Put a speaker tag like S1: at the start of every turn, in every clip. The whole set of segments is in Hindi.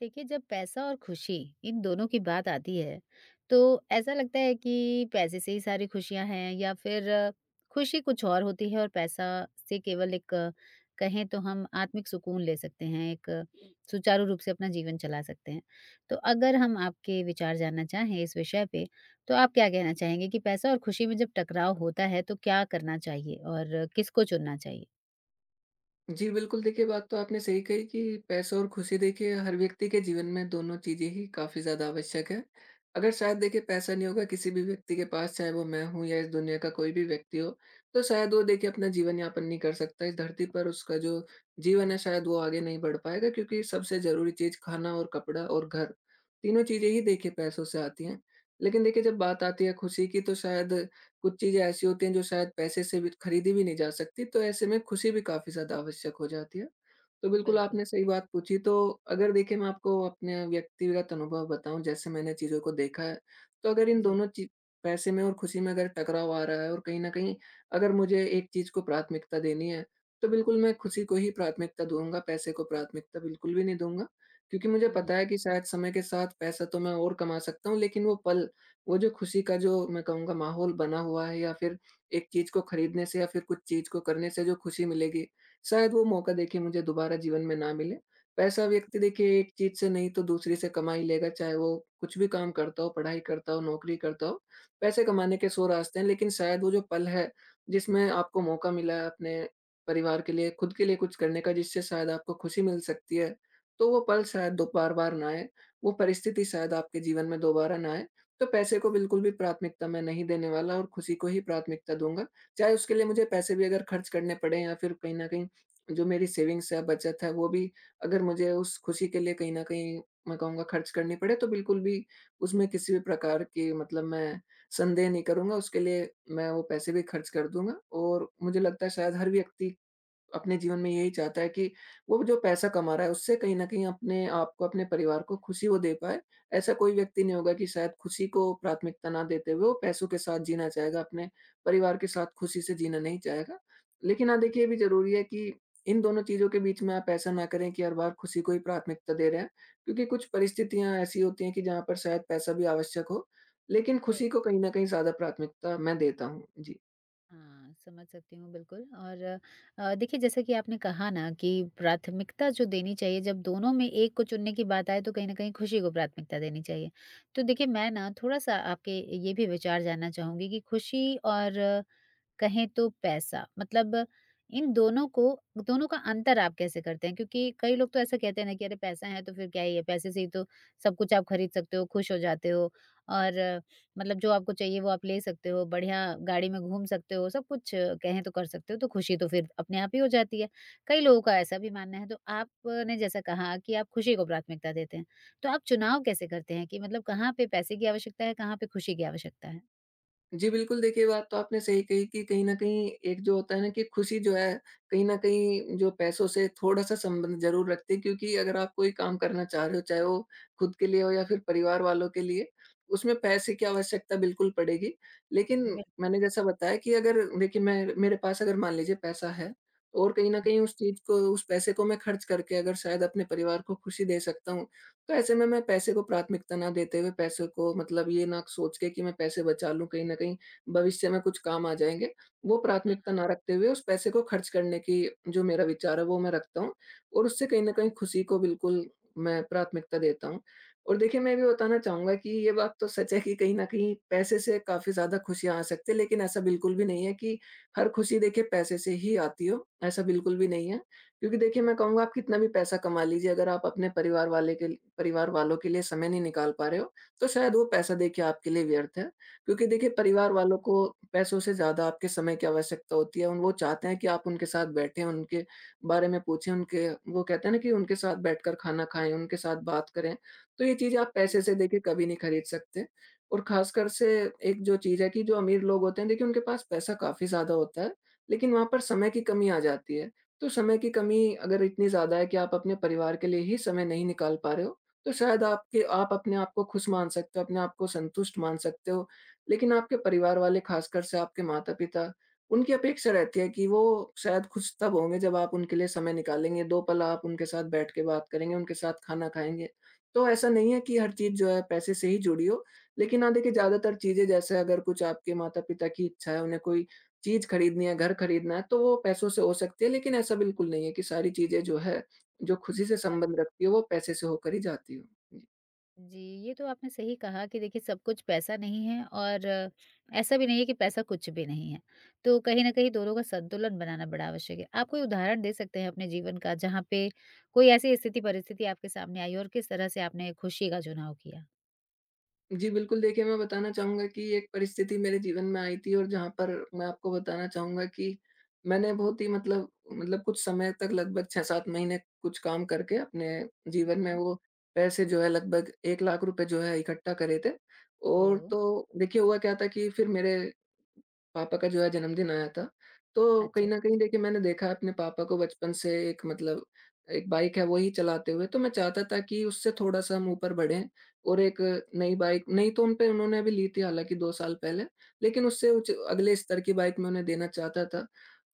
S1: देखिए, जब पैसा और खुशी इन दोनों की बात आती है तो ऐसा लगता है कि पैसे से ही सारी खुशियां हैं, या फिर खुशी कुछ और होती है और पैसा से केवल एक कहें तो हम आत्मिक सुकून ले सकते हैं, एक सुचारू रूप से अपना जीवन चला सकते हैं। तो अगर हम आपके विचार जानना चाहें इस विषय पे, तो आप क्या कहना चाहेंगे कि पैसा और खुशी में जब टकराव होता है तो क्या करना चाहिए और किसको चुनना चाहिए?
S2: जी, बिल्कुल देखिए, बात तो आपने सही कही कि पैसा और खुशी, देखिए हर व्यक्ति के जीवन में दोनों चीज़ें ही काफ़ी ज़्यादा आवश्यक है। अगर शायद देखिए पैसा नहीं होगा किसी भी व्यक्ति के पास, चाहे वो मैं हूँ या इस दुनिया का कोई भी व्यक्ति हो, तो शायद वो देखिए अपना जीवन यापन नहीं कर सकता। इस धरती पर उसका जो जीवन है, शायद वो आगे नहीं बढ़ पाएगा, क्योंकि सबसे ज़रूरी चीज़ खाना और कपड़ा और घर, तीनों चीज़ें ही देखिए पैसों से आती हैं। लेकिन देखिए जब बात आती है खुशी की, तो शायद कुछ चीज़ें ऐसी होती हैं जो शायद पैसे से भी खरीदी भी नहीं जा सकती, तो ऐसे में खुशी भी काफ़ी ज़्यादा आवश्यक हो जाती है। तो बिल्कुल
S1: बिल्कुल।
S2: आपने सही बात पूछी। तो अगर देखिए मैं आपको अपने व्यक्तिगत अनुभव बताऊँ, जैसे मैंने चीज़ों को देखा है, तो अगर इन
S1: जी।
S2: दोनों ची पैसे में और खुशी में अगर टकराव आ रहा है, और कहीं न कहीं अगर मुझे एक चीज़ को प्राथमिकता देनी है, तो बिल्कुल मैं खुशी को ही प्राथमिकता दूँगा, पैसे को प्राथमिकता बिल्कुल भी नहीं दूँगा। क्योंकि मुझे
S1: हम्म।
S2: पता है कि शायद समय के साथ पैसा तो मैं और कमा सकता हूँ, लेकिन वो पल, वो जो खुशी का जो मैं कहूँगा माहौल बना हुआ है, या फिर एक चीज़ को खरीदने से या फिर कुछ चीज़ को करने से जो खुशी मिलेगी, शायद वो मौका देखिए मुझे दोबारा जीवन में ना मिले। पैसा व्यक्ति देखिए एक चीज़ से नहीं तो दूसरी से कमा ही लेगा, चाहे वो कुछ भी काम करता हो, पढ़ाई करता हो, नौकरी करता हो, पैसे कमाने के 100 रास्ते हैं। लेकिन शायद वो जो पल है, जिसमें आपको मौका मिला है अपने परिवार के लिए, खुद के लिए कुछ करने का, जिससे शायद आपको खुशी मिल सकती है, तो वो पल शायद दो बार-बार ना आए, वो परिस्थिति शायद आपके जीवन में दोबारा ना आए। तो पैसे को बिल्कुल भी प्राथमिकता मैं नहीं देने वाला, और खुशी को ही प्राथमिकता दूँगा। चाहे उसके लिए मुझे पैसे भी अगर खर्च करने पड़े, या फिर कहीं न कहीं जो मेरी सेविंग्स है, बचत है, वो भी अगर मुझे उस खुशी के लिए कहीं न कहीं मैं कहूँगा खर्च करनी पड़े, तो बिल्कुल भी उसमें किसी भी प्रकार की मतलब मैं संदेह नहीं करूँगा। उसके लिए मैं वो पैसे भी खर्च कर दूँगा। और मुझे लगता है शायद हर व्यक्ति अपने जीवन में यही चाहता है कि वो जो पैसा कमा रहा है, उससे कहीं न कहीं अपने आपको, अपने परिवार को खुशी वो दे पाए। ऐसा कोई व्यक्ति नहीं होगा कि शायद खुशी को प्राथमिकता ना देते हुए वो पैसों के साथ जीना चाहेगा, अपने परिवार के साथ खुशी से जीना नहीं चाहेगा। लेकिन हाँ,
S1: हाँ,
S2: देखिए ये भी ज़रूरी है कि इन दोनों चीज़ों के बीच में आप ऐसा ना करें कि हर बार खुशी को ही प्राथमिकता दे रहे हैं, क्योंकि कुछ परिस्थितियाँ ऐसी होती हैं कि जहाँ पर शायद पैसा भी आवश्यक हो, लेकिन
S1: सही।
S2: खुशी को कहीं न कहीं ज़्यादा प्राथमिकता मैं देता हूँ। जी।
S1: हाँ, समझ सकती हूँ बिल्कुल। और देखिए, जैसा कि आपने कहा ना कि प्राथमिकता जो देनी चाहिए जब दोनों में एक को चुनने की बात आए तो कहीं न कहीं खुशी को प्राथमिकता देनी चाहिए। तो देखिए, मैं ना थोड़ा-सा आपके ये भी विचार जानना चाहूँगी कि खुशी और कहें तो पैसा, मतलब इन दोनों को दोनों का अंतर आप कैसे करते हैं? क्योंकि कई लोग तो ऐसा कहते हैं ना कि अरे पैसा है तो फिर क्या ही है, पैसे से ही तो सब कुछ आप खरीद सकते हो, खुश हो जाते हो और मतलब जो आपको चाहिए वो आप ले सकते हो, बढ़िया गाड़ी में घूम सकते हो, सब कुछ कहें तो कर सकते हो, तो खुशी तो फिर अपने आप ही हो जाती है। कई लोगों का ऐसा भी मानना है, तो आपने जैसा कहा कि आप खुशी को प्राथमिकता देते हैं, तो आप चुनाव कैसे करते हैं कि मतलब कहाँ पे पैसे की आवश्यकता है, कहाँ पे खुशी की आवश्यकता है?
S2: जी, बिल्कुल देखिए, बात तो आपने सही कही कि कहीं न कहीं एक जो होता है ना, कि खुशी जो है कहीं न कहीं जो पैसों से थोड़ा-सा संबंध ज़रूर रखती है, क्योंकि अगर आप कोई काम करना चाह रहे हो, चाहे वो खुद के लिए हो या फिर परिवार वालों के लिए, उसमें पैसे की आवश्यकता बिल्कुल पड़ेगी। लेकिन
S1: बिल्कुल।
S2: मैंने जैसा बताया कि अगर देखिए मैं मेरे पास अगर मान लीजिए पैसा है, और कहीं न कहीं उस चीज़ को, उस पैसे को मैं खर्च करके अगर शायद अपने परिवार को खुशी दे सकता हूँ, तो ऐसे में मैं पैसे को प्राथमिकता ना देते हुए, पैसे को मतलब ये ना सोच के कि मैं पैसे बचा लूँ कहीं न कहीं भविष्य में कुछ काम आ जाएँगे, वो प्राथमिकता ना रखते हुए उस पैसे को खर्च करने की जो मेरा विचार है वो मैं रखता हूँ, और उससे कहीं न कहीं खुशी को बिल्कुल मैं प्राथमिकता देता हूँ। और देखिए मैं ये भी बताना चाहूँगा कि ये बात तो सच है कि कहीं न कहीं पैसे से काफ़ी ज़्यादा खुशियाँ आ सकती है, लेकिन ऐसा बिल्कुल भी नहीं है कि हर खुशी देखिए पैसे से ही आती हो, ऐसा बिल्कुल भी नहीं है। क्योंकि देखिए
S1: हाँ।
S2: मैं कहूँगा, आप कितना भी पैसा कमा लीजिए, अगर आप अपने परिवार वालों के लिए समय नहीं निकाल पा रहे हो, तो शायद वो पैसा देखिए आपके लिए व्यर्थ है। क्योंकि देखिए परिवार वालों को पैसों से ज़्यादा आपके समय की आवश्यकता होती है। उन वो चाहते हैं कि आप उनके साथ बैठें, उनके बारे में पूछें, उनके वो कहते हैं ना कि उनके साथ बैठकर खाना खाएँ, उनके साथ बात करें। तो ये चीज़ें आप पैसे से देखिए कभी नहीं खरीद सकते। और ख़ासकर से एक जो चीज़ है कि जो अमीर लोग होते हैं, देखिए उनके पास पैसा काफ़ी ज़्यादा होता है, लेकिन वहाँ पर समय की कमी आ जाती है। तो समय की कमी अगर इतनी ज़्यादा है कि आप अपने परिवार के लिए ही समय नहीं निकाल पा रहे हो, तो शायद आपके आप अपने आप को खुश मान सकते हो, अपने आप को संतुष्ट मान सकते हो। लेकिन आपके परिवार वाले, ख़ासकर से आपके माता-पिता, उनकी अपेक्षा रहती है कि वो शायद खुश तब होंगे जब आप उनके लिए समय निकालेंगे, 2 पल आप उनके साथ बैठ के बात करेंगे, उनके साथ खाना खाएँगे। तो ऐसा नहीं है कि हर चीज़ जो है पैसे से ही जुड़ी हो, लेकिन हाँ, देखिए ज़्यादातर चीज़ें, जैसे अगर कुछ आपके माता-पिता की इच्छा है, उन्हें कोई चीज़ खरीदनी है, घर खरीदना है, तो वो पैसों से हो सकती है, लेकिन ऐसा बिल्कुल नहीं है कि सारी चीज़ें जो है, जो खुशी से
S1: ये बात
S2: संबंध रखती है, वो पैसे से होकर ही जाती हो। जी।
S1: जी, ये तो आपने सही कहा कि देखिए सब कुछ पैसा नहीं है, और ऐसा भी नहीं है कि पैसा कुछ भी नहीं है। तो कहीं न कहीं दोनों का संतुलन बनाना बड़ा आवश्यक है। आप कोई उदाहरण दे सकते हैं अपने जीवन का जहाँ पे कोई ऐसी स्थिति परिस्थिति आपके सामने आई और किस तरह से आपने खुशी का चुनाव किया?
S2: जी, बिल्कुल देखिए, मैं बताना चाहूँगा कि एक परिस्थिति मेरे जीवन में आई थी, और जहाँ पर मैं आपको बताना चाहूँगा कि मैंने बहुत ही मतलब कुछ समय तक, लगभग 6-7 महीने कुछ काम करके अपने
S1: हाँ,
S2: जीवन में
S1: हाँ।
S2: वो पैसे जो है, लगभग ₹1,00,000 जो है इकट्ठा करे थे। और
S1: ओह!
S2: तो देखिए हुआ क्या था कि फिर मेरे पापा का जो है जन्मदिन आया था, तो कहीं
S1: अच्छा,
S2: न कहीं देखिए मैंने देखा है अपने पापा को बचपन से, एक बाइक है वो ही चलाते हुए। तो मैं चाहता था कि उससे थोड़ा-सा हम ऊपर बढ़ें, और एक नई बाइक, नई तो उन पे उन्होंने अभी ली थी, हालाँकि 2 साल पहले, लेकिन उससे उच अगले स्तर की बाइक मैं उन्हें देना चाहता था।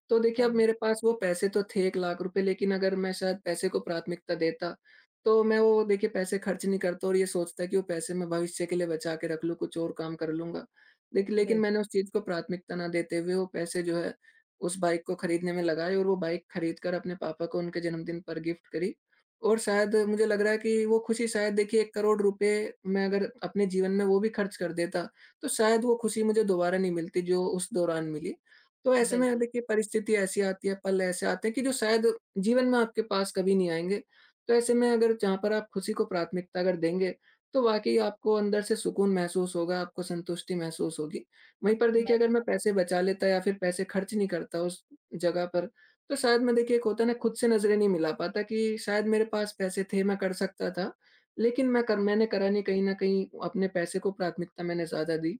S2: तो देखिए, अब
S1: समझी।
S2: मेरे पास वो पैसे तो थे, ₹1,00,000, लेकिन अगर मैं शायद पैसे को प्राथमिकता देता, तो मैं वो देखिए पैसे खर्च नहीं करता, और ये सोचता कि वो पैसे मैं भविष्य के लिए बचा के रख लूँ, कुछ और काम कर लूँगा। लेकिन मैंने
S1: बिल्कुल,
S2: उस चीज़ को प्राथमिकता ना देते हुए वो पैसे जो है, उस बाइक को खरीदने में लगाए, और वो बाइक खरीद कर अपने पापा को उनके जन्मदिन पर गिफ्ट करी। और शायद मुझे लग रहा है कि वो खुशी, शायद देखिए ₹1,00,00,000 मैं अगर अपने जीवन में वो भी खर्च कर देता, तो शायद वो खुशी मुझे दोबारा नहीं मिलती जो उस दौरान मिली। तो ऐसे में
S1: बिल्कुल।
S2: देखिए परिस्थिति ऐसी आती है, पल ऐसे आते हैं कि जो शायद जीवन में आपके पास कभी नहीं आएँगे। तो ऐसे में अगर जहाँ पर आप खुशी को प्राथमिकता अगर देंगे, तो वाक़ई आपको अंदर से सुकून महसूस होगा, आपको संतुष्टि महसूस होगी। वहीं पर देखिए
S1: मैं
S2: अगर मैं पैसे बचा लेता या फिर पैसे खर्च नहीं करता उस जगह पर, तो शायद मैं देखिए, एक होता है ना, खुद से नज़रें नहीं मिला पाता कि शायद मेरे पास पैसे थे, मैं कर सकता था। लेकिन मैंने करा नहीं, कहीं न कहीं अपने पैसे को प्राथमिकता मैंने ज़्यादा दी।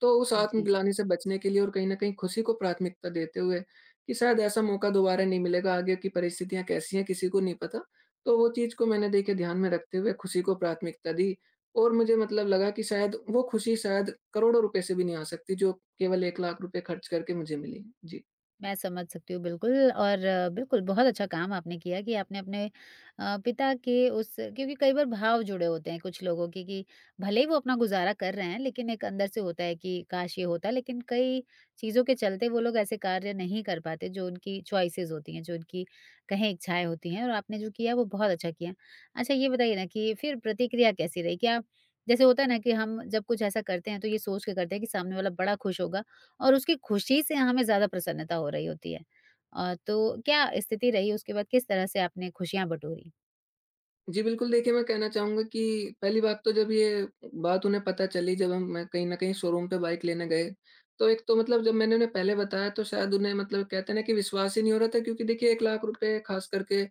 S2: तो उस
S1: जी।
S2: आत्मग्लानि से बचने के लिए, और कहीं न कहीं खुशी को प्राथमिकता देते हुए कि शायद ऐसा मौका दोबारा नहीं मिलेगा, आगे की परिस्थितियाँ कैसी हैं किसी को नहीं पता। तो वो चीज़ को मैंने देखिए ध्यान में रखते हुए खुशी को प्राथमिकता दी, और मुझे मतलब लगा कि शायद वो खुशी शायद करोड़ों रुपए से भी नहीं आ सकती, जो केवल 1 लाख रुपए खर्च करके मुझे मिली। जी।
S1: मैं समझ सकती हूँ बिल्कुल, और बिल्कुल बहुत अच्छा काम आपने किया कि आपने अपने पिता के उस, क्योंकि कई बार भाव जुड़े होते हैं कुछ लोगों के कि भले ही वो अपना गुजारा कर रहे हैं, लेकिन एक अंदर से होता है कि काश ये होता, लेकिन कई चीज़ों के चलते वो लोग ऐसे कार्य नहीं कर पाते जो उनकी चॉइसेस होती हैं, जो उनकी कहीं इच्छाएं होती हैं। और आपने जो किया वो बहुत अच्छा किया। अच्छा, ये बताइए ना कि फिर प्रतिक्रिया कैसी रही, क्या, जैसे होता है ना कि हम जब कुछ ऐसा करते हैं तो ये सोच के करते हैं कि सामने वाला बड़ा खुश होगा, और उसकी खुशी से हमें ज़्यादा प्रसन्नता हो रही होती है। तो क्या स्थिति रही उसके बाद, किस तरह से आपने खुशियाँ बटोरी?
S2: जी, बिल्कुल देखिए, मैं कहना चाहूँगा कि पहली बात तो, जब ये बात उन्हें पता चली, जब हम मैं कहीं न कहीं शोरूम पे बाइक लेने गए, तो एक तो मतलब जब मैंने उन्हें पहले बताया, तो शायद उन्हें मतलब कहते हैं ना कि विश्वास ही नहीं हो रहा था, क्योंकि देखिए ₹1,00,000, ख़ास करके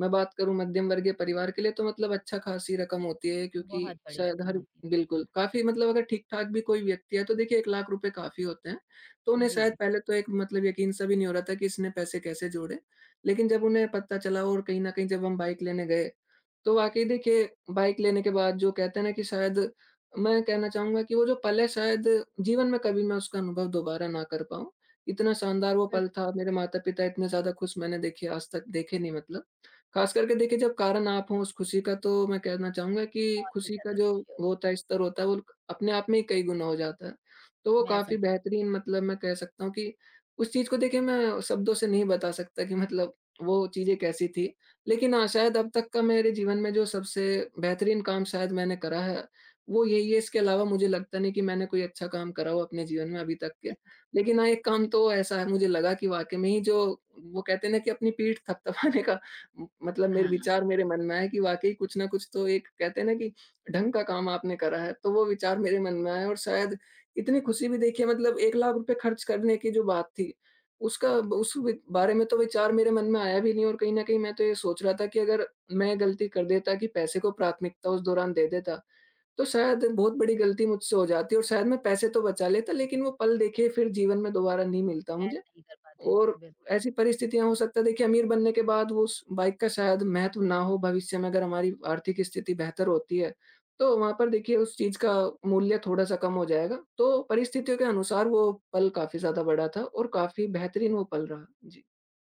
S2: मैं बात करूँ मध्यम वर्गीय परिवार के लिए, तो मतलब अच्छा खासी रकम होती है, क्योंकि
S1: बहुत बड़ी
S2: शायद
S1: रकम
S2: हर
S1: होती है,
S2: बिल्कुल,
S1: बिल्कुल।
S2: काफ़ी मतलब अगर ठीक-ठाक भी कोई व्यक्ति है, तो देखिए ₹1,00,000 काफ़ी होते हैं। तो उन्हें
S1: जी।
S2: शायद पहले तो एक मतलब यकीन सा भी नहीं हो रहा था कि इसने पैसे कैसे जोड़े? लेकिन जब उन्हें पता चला और कहीं न कहीं जब हम बाइक लेने गए, तो वाक़ई देखिए, बाइक लेने के बाद जो कहते हैं ना कि शायद मैं कहना चाहूँगा कि वो जो पल है, शायद जीवन में कभी मैं उसका अनुभव दोबारा ना कर पाऊँ। इतना शानदार वो
S1: बिल्क
S2: पल था, मेरे माता-पिता इतने ज़्यादा खुश मैंने देखिए आज तक देखे नहीं मतलब। खास करके देखिए, जब कारण आप हो उस खुशी का, तो मैं कहना चाहूँगा कि
S1: और भी
S2: खुशी का
S1: ज़्यादा
S2: जो
S1: खुशी
S2: वो
S1: होती
S2: होता है, स्तर होता है वो, अपने आप में ही कई गुना हो जाता है। तो वो
S1: है। मैं
S2: काफ़ी
S1: सम
S2: बेहतरीन, मतलब मैं कह सकता हूँ कि उस चीज़ को देखिए मैं शब्दों से नहीं बता सकता कि मतलब वो चीज़ें कैसी थी। लेकिन हाँ, शायद अब तक का मेरे जीवन में जो सबसे बेहतरीन काम शायद मैंने करा है, वो यही है। इसके अलावा मुझे लगता नहीं कि मैंने कोई अच्छा काम करा हो अपने जीवन में अभी तक के। लेकिन हाँ, एक काम तो ऐसा है, मुझे लगा कि वाक़ई में ही जो वो कहते हैं ना कि अपनी पीठ थपथपाने का मतलब मेरे
S1: हाँ,
S2: विचार मेरे मन में आया कि वाक़ई कुछ ना कुछ तो एक कहते हैं ना कि ढंग का काम आपने करा है, तो वो विचार मेरे मन में आया और शायद इतनी खुशी भी देखिए, मतलब ₹1,00,000 खर्च करने की जो बात थी, उसका उस वि बारे में तो विचार मेरे मन में आया भी नहीं, और कहीं न कहीं मैं तो ये सोच रहा था कि अगर मैं गलती कर देता कि पैसे को प्राथमिकता उस दौरान दे देता, तो शायद बहुत बड़ी गलती मुझसे हो जाती, और शायद मैं पैसे तो बचा लेता, लेकिन वो पल देखिए फिर जीवन में दोबारा नहीं मिलता
S1: कैच
S2: मुझे।
S1: नहीं कर पाते।
S2: और
S1: बिल्कुल।
S2: ऐसी परिस्थितियाँ हो सकता है देखिए, अमीर बनने के बाद वो उस बाइक का शायद महत्व ना हो भविष्य में, अगर हमारी आर्थिक स्थिति बेहतर होती है, तो वहाँ पर देखिए उस चीज़ का मूल्य थोड़ा-सा कम हो जाएगा। तो परिस्थितियों के अनुसार वो पल काफ़ी ज़्यादा बड़ा था, और काफ़ी बेहतरीन वो पल रहा। जी,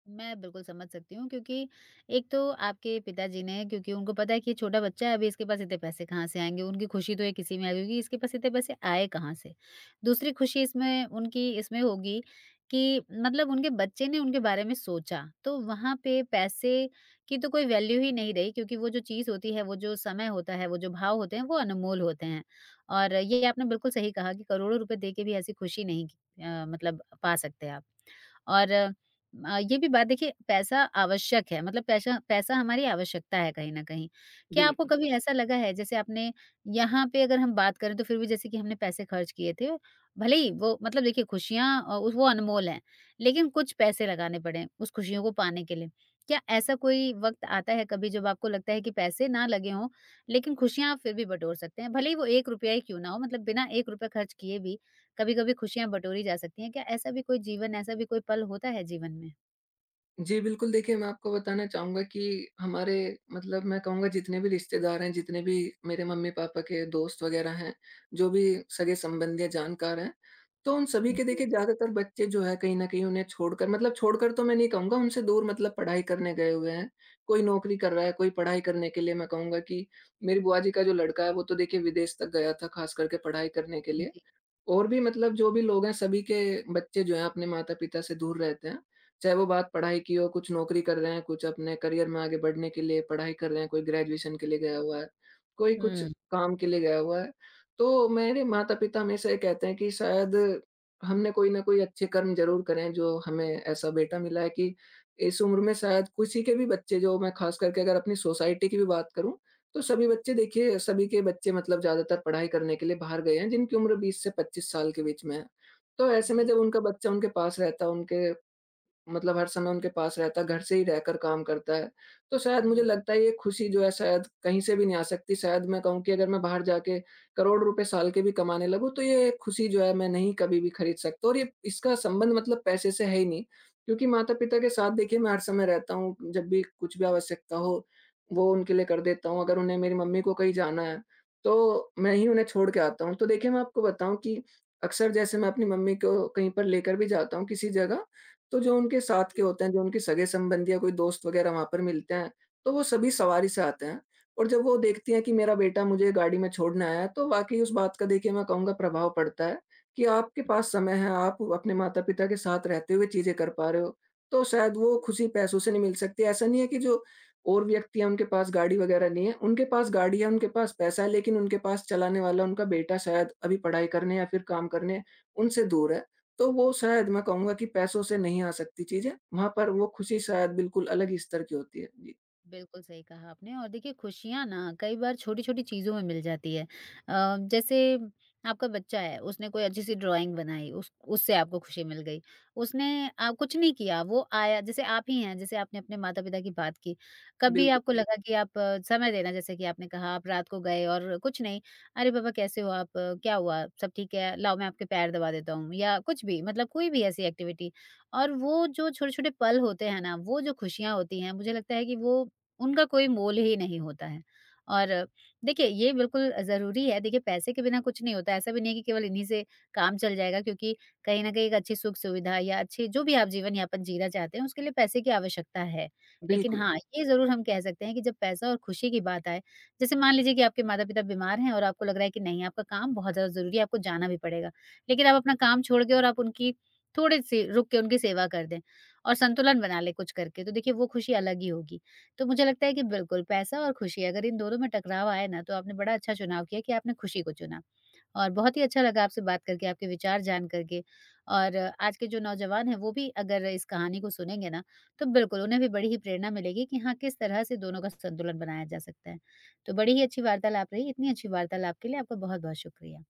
S1: मैं बिल्कुल समझ सकती हूँ, क्योंकि एक तो आपके पिताजी ने, क्योंकि उनको पता है कि ये छोटा बच्चा है, अभी इसके पास इतने पैसे कहाँ से आएँगे, उनकी खुशी तो एक इसी में है क्योंकि इसके पास इतने पैसे आए कहाँ से? दूसरी खुशी इसमें उनकी इसमें होगी कि मतलब उनके बच्चे ने उनके बारे में सोचा, तो वहाँ पे पैसे की तो कोई वैल्यू ही नहीं रही, क्योंकि वो जो चीज़ होती है, वो जो समय होता है, वो जो भाव होते हैं, वो अनमोल होते हैं। और ये आपने बिल्कुल सही कहा कि करोड़ों रुपए दे के भी ऐसी खुशी नहीं, मतलब पा सकते आप। और ये भी बात देखिए, पैसा आवश्यक है, मतलब पैसा पैसा हमारी आवश्यकता है कहीं न कहीं। क्या आपको
S2: बिल्कुल।
S1: कभी ऐसा लगा है, जैसे आपने, यहाँ पे अगर हम बात करें तो फिर भी जैसे कि हमने पैसे खर्च किए थे, भले ही वो मतलब देखिए खुशियाँ वो अनमोल हैं, लेकिन कुछ पैसे लगाने पड़े उस खुशियों को पाने के लिए। क्या ऐसा कोई वक़्त आता है कभी जब आपको लगता है कि पैसे ना लगे हों, लेकिन खुशियाँ आप फिर भी बटोर सकते हैं? भले ही वो ₹1 ही क्यों ना हो, मतलब बिना ₹1 खर्च किए भी कभी-कभी खुशियाँ बटोरी जा सकती हैं। क्या ऐसा भी कोई पल होता है जीवन में?
S2: जी, बिल्कुल देखिए, मैं आपको बताना चाहूँगा कि हमारे मतलब मैं कहूँगा जितने भी रिश्तेदार हैं, जितने भी मेरे मम्मी-पापा के दोस्त वग़ैरह हैं, जो भी सगे-संबंधी या जानकार हैं, तो उन सभी के
S1: जी,
S2: देखिए ज़्यादातर बच्चे जो हैं कहीं न कहीं उन्हें छोड़कर, मतलब छोड़कर तो मैं नहीं कहूँगा, उनसे दूर मतलब पढ़ाई करने गए हुए हैं। कोई नौकरी कर रहा है, कोई पढ़ाई करने के लिए, मैं कहूँगा कि मेरी बुआ जी का जो लड़का है, वो तो देखिए विदेश तक गया था ख़ास करके पढ़ाई करने के लिए।
S1: जी।
S2: और भी मतलब जो भी लोग हैं सभी के बच्चे जो हैं अपने माता-पिता से दूर रहते हैं। चाहे वो बात पढ़ाई की हो, कुछ नौकरी कर रहे हैं, कुछ अपने करियर में आगे बढ़ने के लिए पढ़ाई कर रहे हैं, कोई ग्रेजुएशन के लिए गया हुआ है, कोई कुछ
S1: हुँ।
S2: काम के लिए गया हुआ है। तो मेरे माता-पिता हमेशा ये कहते हैं कि शायद हमने कोई ना कोई अच्छे कर्म ज़रूर करे हैं जो हमें ऐसा बेटा मिला है कि इस उम्र में शायद किसी के भी बच्चे, जो मैं ख़ास करके अगर अपनी सोसाइटी की भी बात करूँ, तो सभी बच्चे देखिए, सभी के बच्चे मतलब ज़्यादातर पढ़ाई करने के लिए बाहर गए हैं, जिनकी उम्र 20 से 25 साल के बीच में है। तो ऐसे में
S1: जी।
S2: जब उनका बच्चा उनके पास रहता है, उनके मतलब हर समय उनके पास रहता है, घर से ही रहकर काम करता है। तो शायद मुझे
S1: हुँ।
S2: लगता है ये खुशी जो है शायद कहीं से भी नहीं आ सकती। शायद मैं कहूँ कि अगर मैं बाहर जाके करोड़ रुपए साल के भी कमाने लगूँ, तो ये खुशी जो है मैं नहीं कभी भी खरीद सकता, और ये इसका संबंध मतलब पैसे से है ही नहीं। क्योंकि माता-पिता के साथ देखिए मैं हर समय रहता हूँ, जब भी कुछ भी आवश्यकता हो, वो उनके लिए कर देता हूँ। अगर उन्हें मेरी मम्मी को कहीं जाना है, तो मैं ही उन्हें छोड़ के आता हूँ। तो देखिए मैं आपको बताऊँ कि अक्सर जैसे मैं अपनी मम्मी को कहीं पर लेकर भी जाता हूँ किसी जगह, तो जो उनके साथ के होते हैं, जो उनके सगे-संबंधी या कोई दोस्त वग़ैरह वहाँ पर मिलते हैं, तो वो सभी सवारी से आते हैं, और जब वो देखती हैं कि मेरा बेटा मुझे गाड़ी में छोड़ने आया है, तो वाक़ई उस बात का देखिए मैं कहूँगा प्रभाव पड़ता है कि आपके पास समय है, आप अपने माता-पिता के साथ रहते हुए चीज़ें कर पा रहे हो, तो शायद वो खुशी पैसों से नहीं मिल सकती। ऐसा नहीं है कि जो और व्यक्ति हैं, उनके पास गाड़ी वग़ैरह नहीं है, उनके पास गाड़ी है, उनके पास पैसा है, लेकिन उनके पास चलाने वाला उनका बेटा शायद अभी पढ़ाई करने या फिर काम करने उनसे दूर है। तो वो शायद मैं कहूँगा कि पैसों से नहीं आ सकती चीज़ें, वहाँ पर वो खुशी शायद बिल्कुल अलग ही स्तर की होती है। जी,
S1: बिल्कुल सही कहा आपने, और देखिए खुशियाँ ना कई बार छोटी-छोटी चीज़ों में मिल जाती है। जैसे आपका बच्चा है, उसने कोई अच्छी-सी ड्राइंग बनाई, उस उससे आपको खुशी मिल गई। उसने कुछ नहीं किया, वो आया, जैसे आप ही हैं, जैसे आपने अपने माता-पिता की बात की। कभी
S2: बिल्कुल,
S1: आपको, जी, लगा कि आप समय देना, जैसे कि आपने कहा आप रात को गए और कुछ नहीं, "अरे पापा कैसे हो आप? क्या हुआ? सब ठीक है? लाओ, मैं आपके पैर दबा देता हूँ" या कुछ भी, मतलब कोई भी ऐसी एक्टिविटी। और वो जो छोटे-छोटे पल होते हैं ना, वो जो खुशियाँ होती हैं, मुझे लगता है कि वो उनका कोई मोल ही नहीं होता है। और देखिए, ये बिल्कुल ज़रूरी है, देखिए पैसे के बिना कुछ नहीं होता है, ऐसा भी नहीं है कि केवल इन्हीं से काम चल जाएगा, क्योंकि कहीं न कहीं एक अच्छी सुख-सुविधा या अच्छी जो भी आप जीवन-यापन जीना चाहते हैं, उसके लिए पैसे की आवश्यकता है। लेकिन
S2: बिल्कुल।
S1: हाँ, ये ज़रूर हम कह सकते हैं कि जब पैसा और खुशी की बात आए, जैसे मान लीजिए कि आपके माता-पिता बीमार हैं और आपको लग रहा है कि नहीं, आपका काम बहुत ज़्यादा ज़रूरी है, आपको जाना भी पड़ेगा, लेकिन आप अपना काम छोड़ के और आप उनकी, थोड़ी-सी रुक के उनकी सेवा कर दें और संतुलन बना लें कुछ करके, तो देखिए वो खुशी अलग ही होगी। तो मुझे लगता है कि बिल्कुल, पैसा और खुशी अगर इन दोनों में टकराव आए ना, तो आपने बड़ा अच्छा चुनाव किया कि आपने खुशी को चुना। और बहुत ही अच्छा लगा आपसे बात करके, आपके विचार जान करके, और आज के जो नौजवान हैं वो भी अगर इस कहानी को सुनेंगे ना तो बिल्कुल उन्हें भी बड़ी ही प्रेरणा मिलेगी कि हाँ, किस तरह से दोनों का संतुलन बनाया जा सकता है। तो बड़ी ही अच्छी वार्तालाप रही, इतनी अच्छी वार्तालाप के लिए आपका बहुत-बहुत शुक्रिया।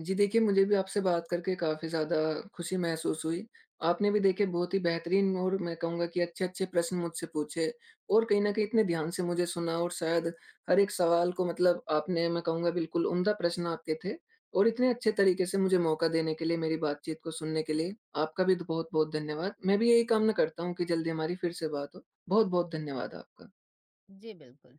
S2: जी देखिए, मुझे भी आपसे बात करके काफ़ी ज़्यादा खुशी महसूस हुई। आपने भी देखिए बहुत ही बेहतरीन और मैं कहूँगा कि अच्छे-अच्छे प्रश्न मुझसे पूछे, और कहीं न कहीं इतने ध्यान से मुझे सुना, और शायद हर एक सवाल को मतलब आपने, मैं कहूँगा, बिल्कुल उम्दा प्रश्न आपके थे। और इतने अच्छे तरीके से मुझे मौका देने के लिए, मेरी बातचीत को सुनने के लिए आपका भी तो बहुत-बहुत धन्यवाद। मैं भी यही कामना करता हूँ कि जल्दी हमारी फिर से बात हो। बहुत-बहुत धन्यवाद आपका।
S1: जी, बिल्कुल।